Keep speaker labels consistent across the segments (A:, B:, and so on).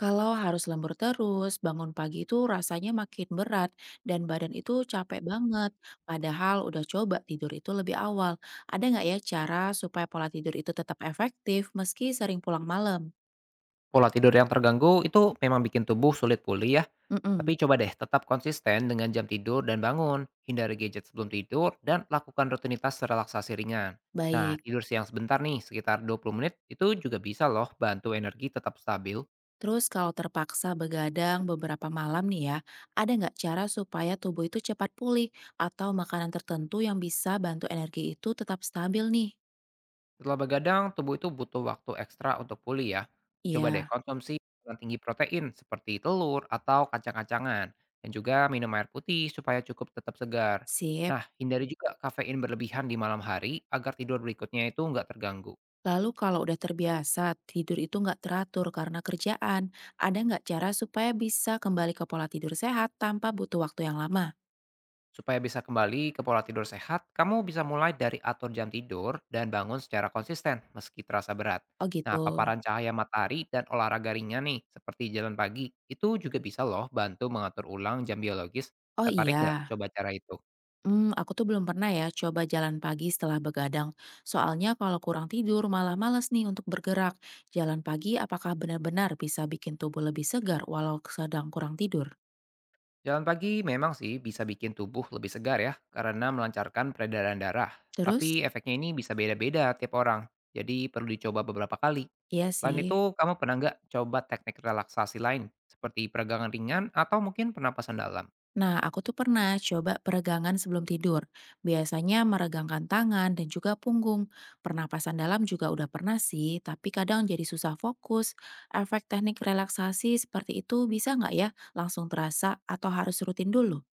A: Kalau harus lembur terus, bangun pagi itu rasanya makin berat dan badan itu capek banget. Padahal udah coba tidur itu lebih awal. Ada nggak ya cara supaya pola tidur itu tetap efektif meski sering pulang malam?
B: Pola tidur yang terganggu itu memang bikin tubuh sulit pulih ya. Tapi
A: Mm-mm.
B: coba deh tetap konsisten dengan jam tidur dan bangun. Hindari gadget sebelum tidur dan lakukan rutinitas relaksasi ringan. Nah,
A: Baik.
B: tidur siang sebentar nih, sekitar 20 menit, itu juga bisa loh bantu energi tetap stabil.
A: Terus kalau terpaksa begadang beberapa malam nih ya, ada nggak cara supaya tubuh itu cepat pulih atau makanan tertentu yang bisa bantu energi itu tetap stabil nih?
B: Setelah begadang, tubuh itu butuh waktu ekstra untuk pulih ya. Coba deh
A: Iya,
B: konsumsi makanan tinggi protein seperti telur atau kacang-kacangan. Dan juga minum air putih supaya cukup tetap segar.
A: sip.
B: Nah, hindari juga kafein berlebihan di malam hari agar tidur berikutnya itu nggak terganggu.
A: Lalu kalau udah terbiasa, tidur itu nggak teratur karena kerjaan, ada nggak cara supaya bisa kembali ke pola tidur sehat tanpa butuh waktu yang lama?
B: Supaya bisa kembali ke pola tidur sehat, kamu bisa mulai dari atur jam tidur dan bangun secara konsisten meski terasa berat.
A: Oh gitu.
B: Nah, paparan cahaya matahari dan olahraga ringan nih, seperti jalan pagi, itu juga bisa loh bantu mengatur ulang jam biologis.
A: Oh
B: Tertarik nggak
A: iya,
B: coba cara itu?
A: aku tuh belum pernah ya coba jalan pagi setelah begadang. Soalnya kalau kurang tidur malah males nih untuk bergerak. Jalan pagi apakah benar-benar bisa bikin tubuh lebih segar walau sedang kurang tidur?
B: Jalan pagi memang sih bisa bikin tubuh lebih segar ya, karena melancarkan peredaran darah. Tapi
A: Terus?
B: efeknya ini bisa beda-beda tiap orang, jadi perlu dicoba beberapa kali.
A: Iya
B: Selain itu,
A: sih.
B: kamu pernah nggak coba teknik relaksasi lain, seperti peregangan ringan atau mungkin pernapasan dalam?
A: Nah, aku tuh pernah coba peregangan sebelum tidur. Biasanya meregangkan tangan dan juga punggung. Pernapasan dalam juga udah pernah sih, tapi kadang jadi susah fokus. Efek teknik relaksasi seperti itu bisa nggak ya langsung terasa atau harus rutin dulu?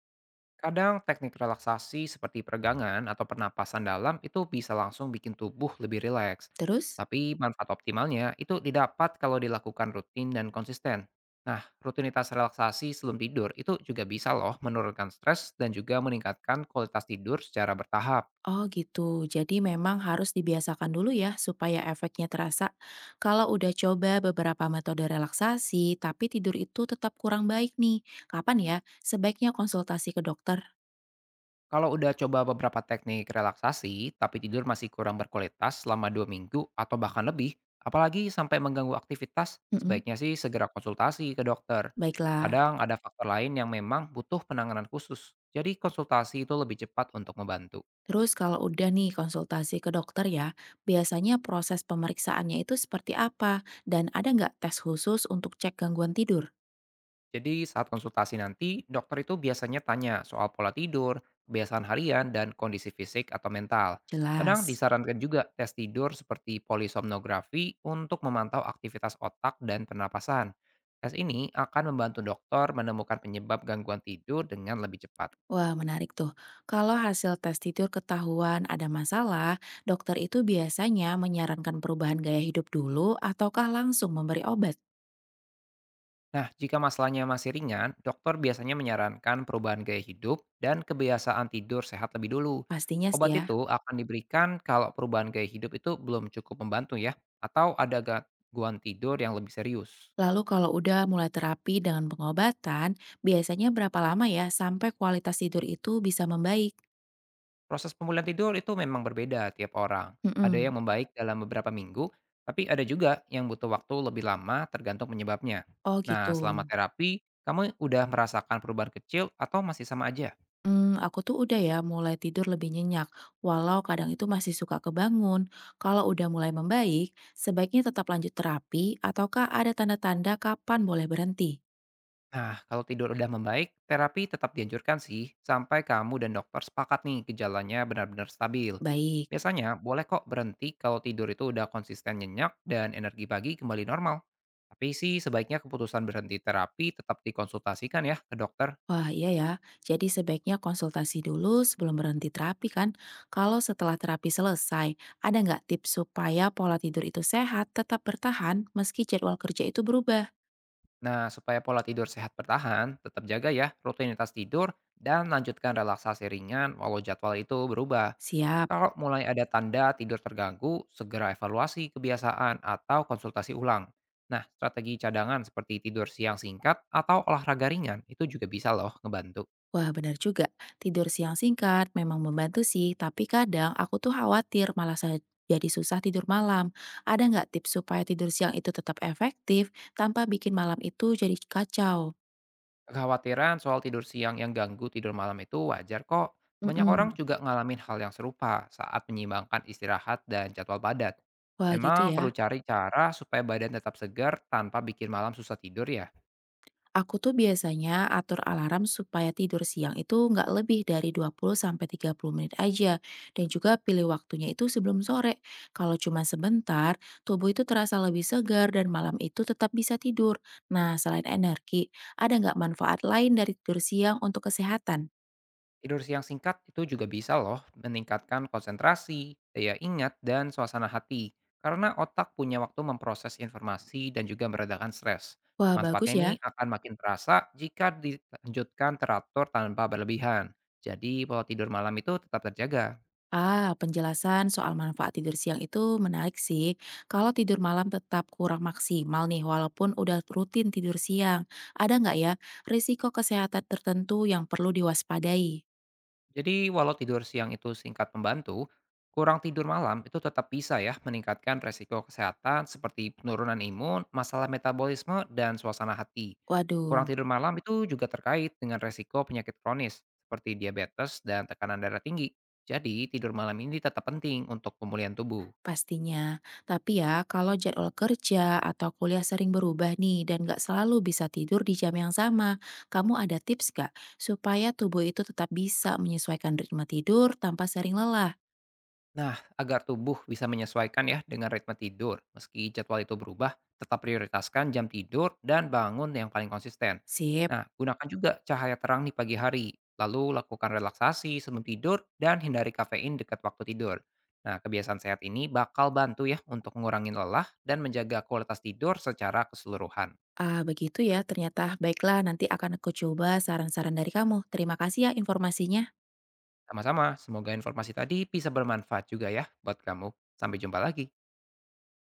B: Kadang teknik relaksasi seperti peregangan atau pernapasan dalam itu bisa langsung bikin tubuh lebih rileks.
A: Terus?
B: Tapi manfaat optimalnya itu didapat kalau dilakukan rutin dan konsisten. Nah, rutinitas relaksasi sebelum tidur itu juga bisa loh menurunkan stres dan juga meningkatkan kualitas tidur secara bertahap.
A: Oh gitu, jadi memang harus dibiasakan dulu ya supaya efeknya terasa. Kalau udah coba beberapa metode relaksasi, tapi tidur itu tetap kurang baik nih. Kapan ya sebaiknya konsultasi ke dokter?
B: Kalau udah coba beberapa teknik relaksasi, tapi tidur masih kurang berkualitas selama 2 minggu atau bahkan lebih, apalagi sampai mengganggu aktivitas,
A: Mm-mm.
B: sebaiknya sih segera konsultasi ke dokter.
A: Baiklah.
B: Kadang ada faktor lain yang memang butuh penanganan khusus, jadi konsultasi itu lebih cepat untuk membantu.
A: Terus kalau udah nih konsultasi ke dokter ya, biasanya proses pemeriksaannya itu seperti apa? Dan ada nggak tes khusus untuk cek gangguan tidur?
B: Jadi saat konsultasi nanti, dokter itu biasanya tanya soal pola tidur, kebiasaan harian, dan kondisi fisik atau mental. Kadang
A: Jelas.
B: disarankan juga tes tidur seperti polisomnografi untuk memantau aktivitas otak dan pernapasan. Tes ini akan membantu dokter menemukan penyebab gangguan tidur dengan lebih cepat.
A: Wah, menarik tuh, kalau hasil tes tidur ketahuan ada masalah, dokter itu biasanya menyarankan perubahan gaya hidup dulu ataukah langsung memberi obat?
B: Nah, jika masalahnya masih ringan, dokter biasanya menyarankan perubahan gaya hidup dan kebiasaan tidur sehat lebih dulu.
A: Pastinya sih
B: Obat
A: ya.
B: itu akan diberikan kalau perubahan gaya hidup itu belum cukup membantu ya, atau ada gangguan tidur yang lebih serius.
A: Lalu kalau udah mulai terapi dengan pengobatan, biasanya berapa lama ya sampai kualitas tidur itu bisa membaik?
B: Proses pemulihan tidur itu memang berbeda tiap orang. Ada
A: Mm-mm.
B: yang membaik dalam beberapa minggu, tapi ada juga yang butuh waktu lebih lama tergantung penyebabnya.
A: Oh
B: Nah,
A: gitu.
B: selama terapi, kamu udah merasakan perubahan kecil atau masih sama aja?
A: Aku tuh udah ya mulai tidur lebih nyenyak, walau kadang itu masih suka kebangun. Kalau udah mulai membaik, sebaiknya tetap lanjut terapi ataukah ada tanda-tanda kapan boleh berhenti?
B: Nah, kalau tidur udah membaik, terapi tetap dianjurkan sih, sampai kamu dan dokter sepakat nih gejalanya benar-benar stabil.
A: Baik.
B: Biasanya boleh kok berhenti kalau tidur itu udah konsisten nyenyak dan energi pagi kembali normal. Tapi sih sebaiknya keputusan berhenti terapi tetap dikonsultasikan ya ke dokter.
A: Wah, iya ya. Jadi sebaiknya konsultasi dulu sebelum berhenti terapi kan? Kalau setelah terapi selesai, ada nggak tips supaya pola tidur itu sehat tetap bertahan meski jadwal kerja itu berubah?
B: Nah, supaya pola tidur sehat bertahan, tetap jaga ya rutinitas tidur dan lanjutkan relaksasi ringan walau jadwal itu berubah.
A: Siap.
B: Kalau mulai ada tanda tidur terganggu, segera evaluasi kebiasaan atau konsultasi ulang. Nah, strategi cadangan seperti tidur siang singkat atau olahraga ringan itu juga bisa loh ngebantu.
A: Wah, benar juga. Tidur siang singkat memang membantu sih, tapi kadang aku tuh khawatir jadi susah tidur malam. Ada nggak tips supaya tidur siang itu tetap efektif tanpa bikin malam itu jadi kacau?
B: Kekhawatiran soal tidur siang yang ganggu tidur malam itu wajar kok. Banyak orang
A: Mm-mm.
B: juga ngalamin hal yang serupa saat menyeimbangkan istirahat dan jadwal padat.
A: Wah, gitu
B: Memang
A: ya.
B: perlu cari cara supaya badan tetap segar tanpa bikin malam susah tidur ya.
A: Aku tuh biasanya atur alarm supaya tidur siang itu nggak lebih dari 20 sampai 30 menit aja dan juga pilih waktunya itu sebelum sore. Kalau cuma sebentar, tubuh itu terasa lebih segar dan malam itu tetap bisa tidur. Nah, selain energi, ada nggak manfaat lain dari tidur siang untuk kesehatan?
B: Tidur siang singkat itu juga bisa loh meningkatkan konsentrasi, daya ingat, dan suasana hati. Karena otak punya waktu memproses informasi dan juga meredakan stres.
A: Wah,
B: Manfaatnya
A: bagus
B: ini
A: ya.
B: akan makin terasa jika dilanjutkan teratur tanpa berlebihan. Jadi pola tidur malam itu tetap terjaga.
A: Ah, penjelasan soal manfaat tidur siang itu menarik sih. Kalau tidur malam tetap kurang maksimal nih, walaupun udah rutin tidur siang. Ada nggak ya risiko kesehatan tertentu yang perlu diwaspadai?
B: Jadi walau tidur siang itu singkat membantu, kurang tidur malam itu tetap bisa ya meningkatkan resiko kesehatan seperti penurunan imun, masalah metabolisme, dan suasana hati. Kurang
A: Waduh,
B: tidur malam itu juga terkait dengan resiko penyakit kronis seperti diabetes dan tekanan darah tinggi. Jadi tidur malam ini tetap penting untuk pemulihan tubuh.
A: pastinya. Tapi ya, kalau jadwal kerja atau kuliah sering berubah nih dan nggak selalu bisa tidur di jam yang sama, kamu ada tips nggak supaya tubuh itu tetap bisa menyesuaikan ritme tidur tanpa sering lelah?
B: Nah, agar tubuh bisa menyesuaikan ya dengan ritme tidur, meski jadwal itu berubah, tetap prioritaskan jam tidur dan bangun yang paling konsisten.
A: Sip.
B: Nah, gunakan juga cahaya terang di pagi hari, lalu lakukan relaksasi sebelum tidur dan hindari kafein dekat waktu tidur. Nah, kebiasaan sehat ini bakal bantu ya untuk mengurangi lelah dan menjaga kualitas tidur secara keseluruhan.
A: Ah, begitu ya ternyata. Baiklah, nanti akan aku coba saran-saran dari kamu. Terima kasih ya informasinya.
B: Sama-sama, semoga informasi tadi bisa bermanfaat juga ya buat kamu. Sampai jumpa lagi.